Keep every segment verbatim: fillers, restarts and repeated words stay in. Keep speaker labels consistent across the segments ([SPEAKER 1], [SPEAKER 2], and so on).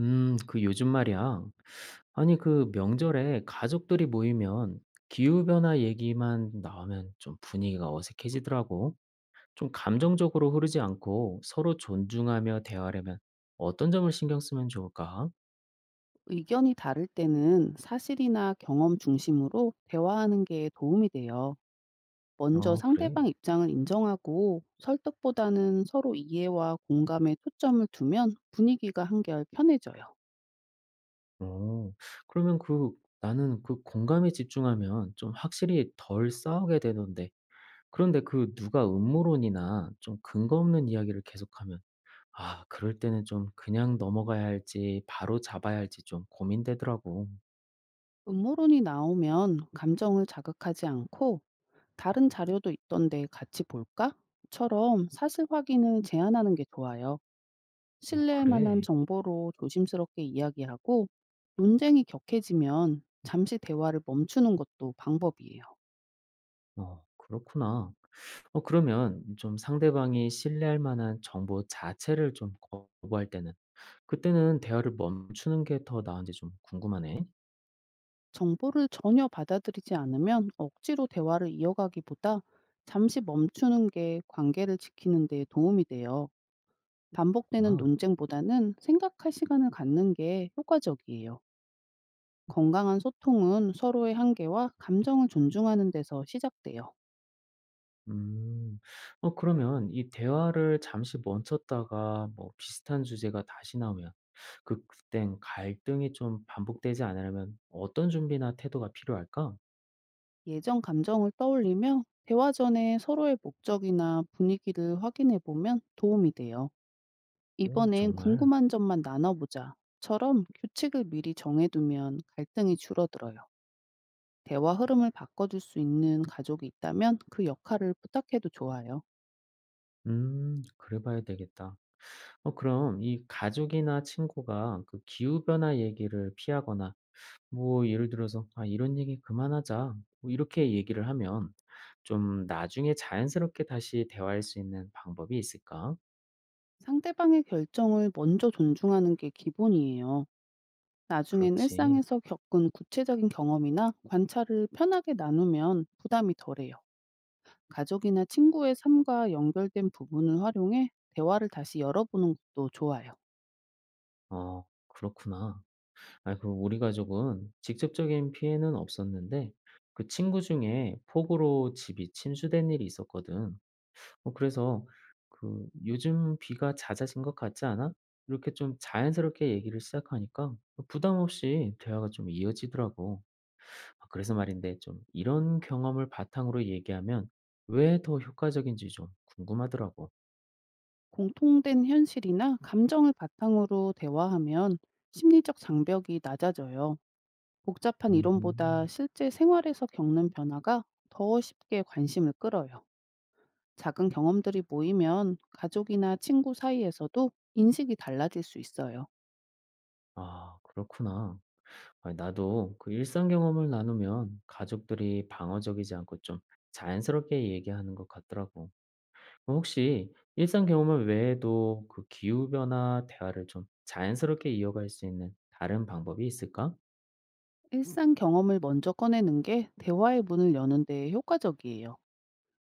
[SPEAKER 1] 음, 그 요즘 말이야. 아니, 그 명절에 가족들이 모이면 기후변화 얘기만 나오면 좀 분위기가 어색해지더라고. 좀 감정적으로 흐르지 않고 서로 존중하며 대화하려면 어떤 점을 신경 쓰면 좋을까?
[SPEAKER 2] 의견이 다를 때는 사실이나 경험 중심으로 대화하는 게 도움이 돼요. 먼저
[SPEAKER 1] 어, 그래.
[SPEAKER 2] 상대방 입장을 인정하고 설득보다는 서로 이해와 공감에 초점을 두면 분위기가 한결 편해져요.
[SPEAKER 1] 어, 그러면 그 나는 그 공감에 집중하면 좀 확실히 덜 싸우게 되던데. 그런데 그 누가 음모론이나 좀 근거 없는 이야기를 계속하면 아 그럴 때는 좀 그냥 넘어가야 할지 바로 잡아야 할지 좀 고민되더라고.
[SPEAKER 2] 음모론이 나오면 감정을 자극하지 않고 다른 자료도 있던데 같이 볼까?처럼 사실 확인을 제안하는 게 좋아요.
[SPEAKER 1] 어
[SPEAKER 2] 신뢰할 만한
[SPEAKER 1] 그래.
[SPEAKER 2] 정보로 조심스럽게 이야기하고 논쟁이 격해지면 잠시 대화를 멈추는 것도 방법이에요.
[SPEAKER 1] 어 그렇구나. 어 그러면 좀 상대방이 신뢰할 만한 정보 자체를 좀 거부할 때는 그때는 대화를 멈추는 게 더 나은지 좀 궁금하네.
[SPEAKER 2] 정보를 전혀 받아들이지 않으면 억지로 대화를 이어가기보다 잠시 멈추는 게 관계를 지키는 데 도움이 돼요. 반복되는
[SPEAKER 1] 그렇구나.
[SPEAKER 2] 논쟁보다는 생각할 시간을 갖는 게 효과적이에요. 건강한 소통은 서로의 한계와 감정을 존중하는 데서 시작돼요.
[SPEAKER 1] 음. 어 그러면 이 대화를 잠시 멈췄다가 뭐 비슷한 주제가 다시 나오면 그 그땐 갈등이 좀 반복되지 않으려면 어떤 준비나 태도가 필요할까?
[SPEAKER 2] 예전 감정을 떠올리며 대화 전에 서로의 목적이나 분위기를 확인해 보면 도움이 돼요.
[SPEAKER 1] 오,
[SPEAKER 2] 이번엔
[SPEAKER 1] 정말?
[SPEAKER 2] 궁금한 점만 나눠보자.처럼 규칙을 미리 정해두면 갈등이 줄어들어요. 대화 흐름을 바꿔줄 수 있는 가족이 있다면 그 역할을 부탁해도 좋아요.
[SPEAKER 1] 음, 그래 봐야 되겠다. 어, 그럼 이 가족이나 친구가 그 기후변화 얘기를 피하거나, 뭐, 예를 들어서, 아, 이런 얘기 그만하자. 뭐, 이렇게 얘기를 하면 좀 나중에 자연스럽게 다시 대화할 수 있는 방법이 있을까?
[SPEAKER 2] 상대방의 결정을 먼저 존중하는 게 기본이에요. 나중엔
[SPEAKER 1] 그렇지.
[SPEAKER 2] 일상에서 겪은 구체적인 경험이나 관찰을 편하게 나누면 부담이 덜해요. 가족이나 친구의 삶과 연결된 부분을 활용해 대화를 다시 열어보는 것도 좋아요.
[SPEAKER 1] 어, 그렇구나. 아, 그 우리 가족은 직접적인 피해는 없었는데, 그 친구 중에 폭우로 집이 침수된 일이 있었거든. 어 그래서 그 "요즘 비가 잦아진 것 같지 않아?" 이렇게 좀 자연스럽게 얘기를 시작하니까 어 부담 없이 대화가 좀 이어지더라고. 아 그래서 말인데 좀 이런 경험을 바탕으로 얘기하면 왜 더 효과적인지 좀 궁금하더라고.
[SPEAKER 2] 공통된 현실이나 감정을 바탕으로 대화하면 심리적 장벽이 낮아져요. 복잡한 이론보다
[SPEAKER 1] 음
[SPEAKER 2] 실제 생활에서 겪는 변화가 더 쉽게 관심을 끌어요. 작은 경험들이 모이면 가족이나 친구 사이에서도 인식이 달라질 수 있어요.
[SPEAKER 1] 아 그렇구나. 아 나도 그 일상 경험을 나누면 가족들이 방어적이지 않고 좀 자연스럽게 얘기하는 것 같더라고. 어, 혹시 일상 경험을 외에도 그 기후 변화 대화를 좀 자연스럽게 이어갈 수 있는 다른 방법이 있을까?
[SPEAKER 2] 일상 경험을 먼저 꺼내는 게 대화의 문을 여는 데 효과적이에요.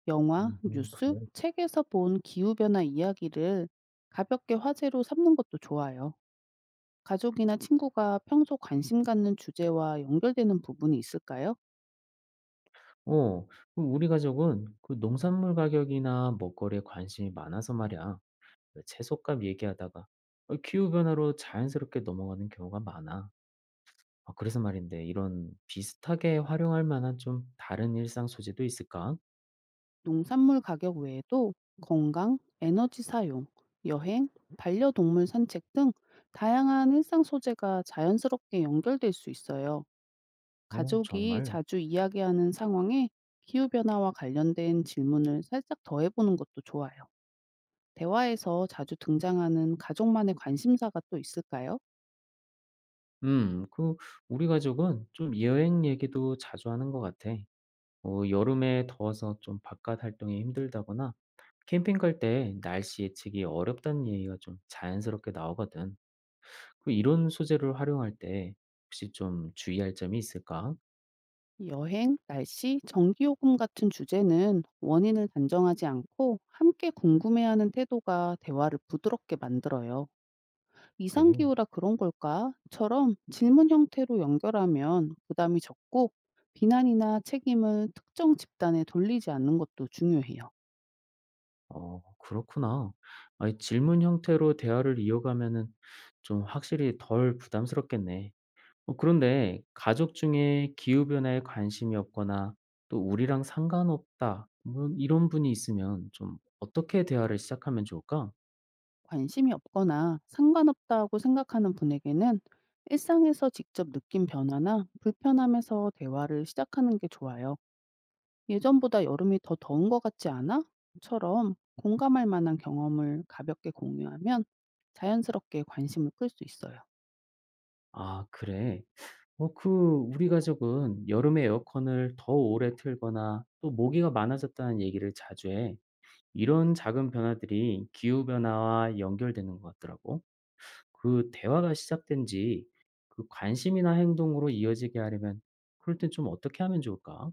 [SPEAKER 2] 영화,
[SPEAKER 1] 음흠,
[SPEAKER 2] 뉴스,
[SPEAKER 1] 그래.
[SPEAKER 2] 책에서 본 기후변화 이야기를 가볍게 화제로 삼는 것도 좋아요. 가족이나 친구가 평소 관심 갖는 주제와 연결되는 부분이 있을까요?
[SPEAKER 1] 어, 그럼 우리 가족은 그 농산물 가격이나 먹거리에 관심이 많아서 말이야. 그 채소값 얘기하다가 어, 기후 변화로 자연스럽게 넘어가는 경우가 많아. 아, 그래서 말인데 이런 비슷하게 활용할 만한 좀 다른 일상 소재도 있을까?
[SPEAKER 2] 농산물 가격 외에도 건강, 에너지 사용, 여행, 반려동물 산책 등 다양한 일상 소재가 자연스럽게 연결될 수 있어요.
[SPEAKER 1] 어,
[SPEAKER 2] 가족이
[SPEAKER 1] 정말.
[SPEAKER 2] 자주 이야기하는 상황에 기후변화와 관련된 질문을 살짝 더해보는 것도 좋아요. 대화에서 자주 등장하는 가족만의 관심사가 또 있을까요?
[SPEAKER 1] 음, 그 우리 가족은 좀 여행 얘기도 자주 하는 것 같아. 어, 여름에 더워서 좀 바깥 활동이 힘들다거나 캠핑 갈 때 날씨 예측이 어렵다는 얘기가 좀 자연스럽게 나오거든. 그 이런 소재를 활용할 때 혹시 좀 주의할 점이 있을까?
[SPEAKER 2] 여행, 날씨, 전기요금 같은 주제는 원인을 단정하지 않고 함께 궁금해하는 태도가 대화를 부드럽게 만들어요.
[SPEAKER 1] 그래.
[SPEAKER 2] 이상기후라 그런 걸까?처럼 질문 형태로 연결하면 부담이 적고 비난이나 책임을 특정 집단에 돌리지 않는 것도 중요해요.
[SPEAKER 1] 어, 그렇구나. 아니, 질문 형태로 대화를 이어가면은 좀 확실히 덜 부담스럽겠네. 어, 그런데 가족 중에 기후변화에 관심이 없거나 또 우리랑 상관없다. 뭐 이런 분이 있으면 좀 어떻게 대화를 시작하면 좋을까?
[SPEAKER 2] 관심이 없거나 상관없다고 생각하는 분에게는 일상에서 직접 느낀 변화나 불편함에서 대화를 시작하는 게 좋아요. 예전보다 여름이 더 더운 것 같지 않아? 처럼 공감할 만한 경험을 가볍게 공유하면 자연스럽게 관심을 끌 수 있어요.
[SPEAKER 1] 아 그래? 어 그 우리 가족은 여름에 에어컨을 더 오래 틀거나 또 모기가 많아졌다는 얘기를 자주 해. 이런 작은 변화들이 기후변화와 연결되는 것 같더라고. 그 대화가 시작된 지 그 관심이나 행동으로 이어지게 하려면 그럴 땐 좀 어떻게 하면 좋을까?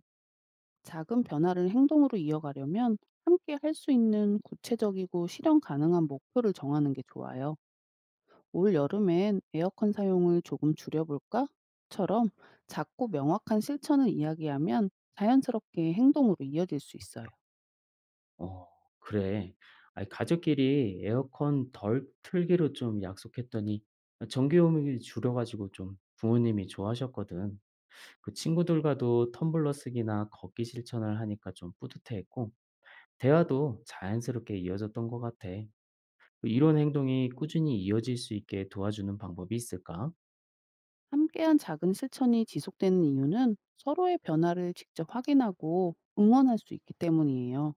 [SPEAKER 2] 작은 변화를 행동으로 이어가려면 함께 할 수 있는 구체적이고 실현 가능한 목표를 정하는 게 좋아요. 올 여름엔 에어컨 사용을 조금 줄여볼까? 처럼 작고 명확한 실천을 이야기하면 자연스럽게 행동으로 이어질 수 있어요.
[SPEAKER 1] 어 그래. 아이 가족끼리 에어컨 덜 틀기로 좀 약속했더니 전기요금이 줄여 가지고 좀 부모님이 좋아하셨거든. 그 친구들과도 텀블러 쓰기나 걷기 실천을 하니까 좀 뿌듯해했고 대화도 자연스럽게 이어졌던 것 같아. 이런 행동이 꾸준히 이어질 수 있게 도와주는 방법이 있을까?
[SPEAKER 2] 함께한 작은 실천이 지속되는 이유는 서로의 변화를 직접 확인하고 응원할 수 있기 때문이에요.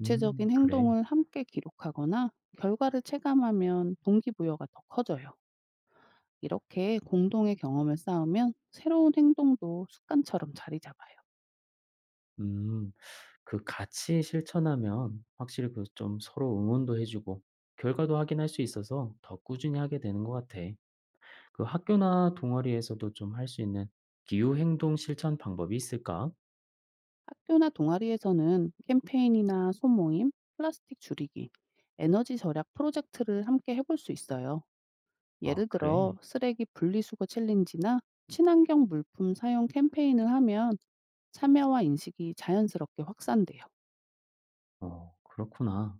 [SPEAKER 1] 음, 그래.
[SPEAKER 2] 행동을 함께 기록하거나 결과를 체감하면 동기부여가 더 커져요. 이렇게 공동의 경험을 쌓으면 새로운 행동도 습관처럼 자리 잡아요.
[SPEAKER 1] 음, 그 같이 실천하면 확실히 그 좀 서로 응원도 해주고 결과도 확인할 수 있어서 더 꾸준히 하게 되는 것 같아. 그 학교나 동아리에서도 좀 할 수 있는 기후 행동 실천 방법이 있을까?
[SPEAKER 2] 학교나 동아리에서는 캠페인이나 소모임, 플라스틱 줄이기, 에너지 절약 프로젝트를 함께 해볼 수 있어요.
[SPEAKER 1] 아,
[SPEAKER 2] 예를
[SPEAKER 1] 그래.
[SPEAKER 2] 들어 쓰레기 분리수거 챌린지나 친환경 물품 사용 캠페인을 하면 참여와 인식이 자연스럽게 확산돼요.
[SPEAKER 1] 어, 그렇구나.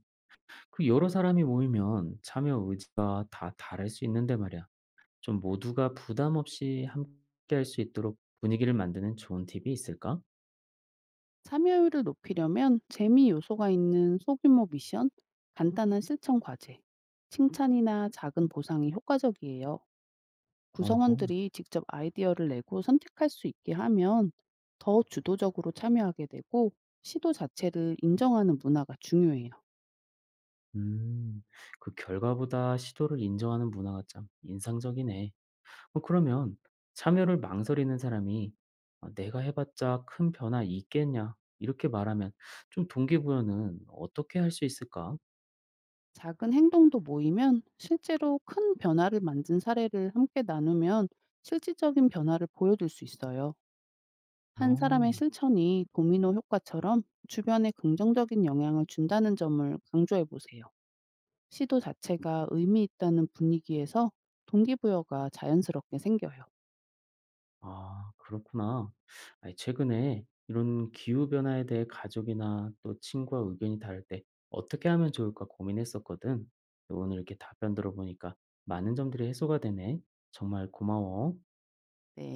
[SPEAKER 1] 그 여러 사람이 모이면 참여 의지가 다 다를 수 있는데 말이야. 좀 모두가 부담 없이 함께 할 수 있도록 분위기를 만드는 좋은 팁이 있을까?
[SPEAKER 2] 참여율을 높이려면 재미 요소가 있는 소규모 미션, 간단한 실천 과제, 칭찬이나 작은 보상이 효과적이에요.
[SPEAKER 1] 어허.
[SPEAKER 2] 구성원들이 직접 아이디어를 내고 선택할 수 있게 하면 더 주도적으로 참여하게 되고 시도 자체를 인정하는 문화가 중요해요.
[SPEAKER 1] 음, 그 결과보다 시도를 인정하는 문화가 참 인상적이네. 어, 그러면 참여를 망설이는 사람이 아, 내가 해봤자 큰 변화 있겠냐? 이렇게 말하면 좀 동기부여는 어떻게 할 수 있을까?
[SPEAKER 2] 작은 행동도 모이면 실제로 큰 변화를 만든 사례를 함께 나누면 실질적인 변화를 보여줄 수 있어요. 한 사람의
[SPEAKER 1] 어.
[SPEAKER 2] 실천이 도미노 효과처럼 주변에 긍정적인 영향을 준다는 점을 강조해 보세요. 시도 자체가 의미 있다는 분위기에서 동기부여가 자연스럽게 생겨요.
[SPEAKER 1] 아, 그렇구나. 아니, 최근에 이런 기후변화에 대해 가족이나 또 친구와 의견이 다를 때 어떻게 하면 좋을까 고민했었거든. 근데 오늘 이렇게 답변 들어보니까 많은 점들이 해소가 되네. 정말 고마워.
[SPEAKER 2] 네.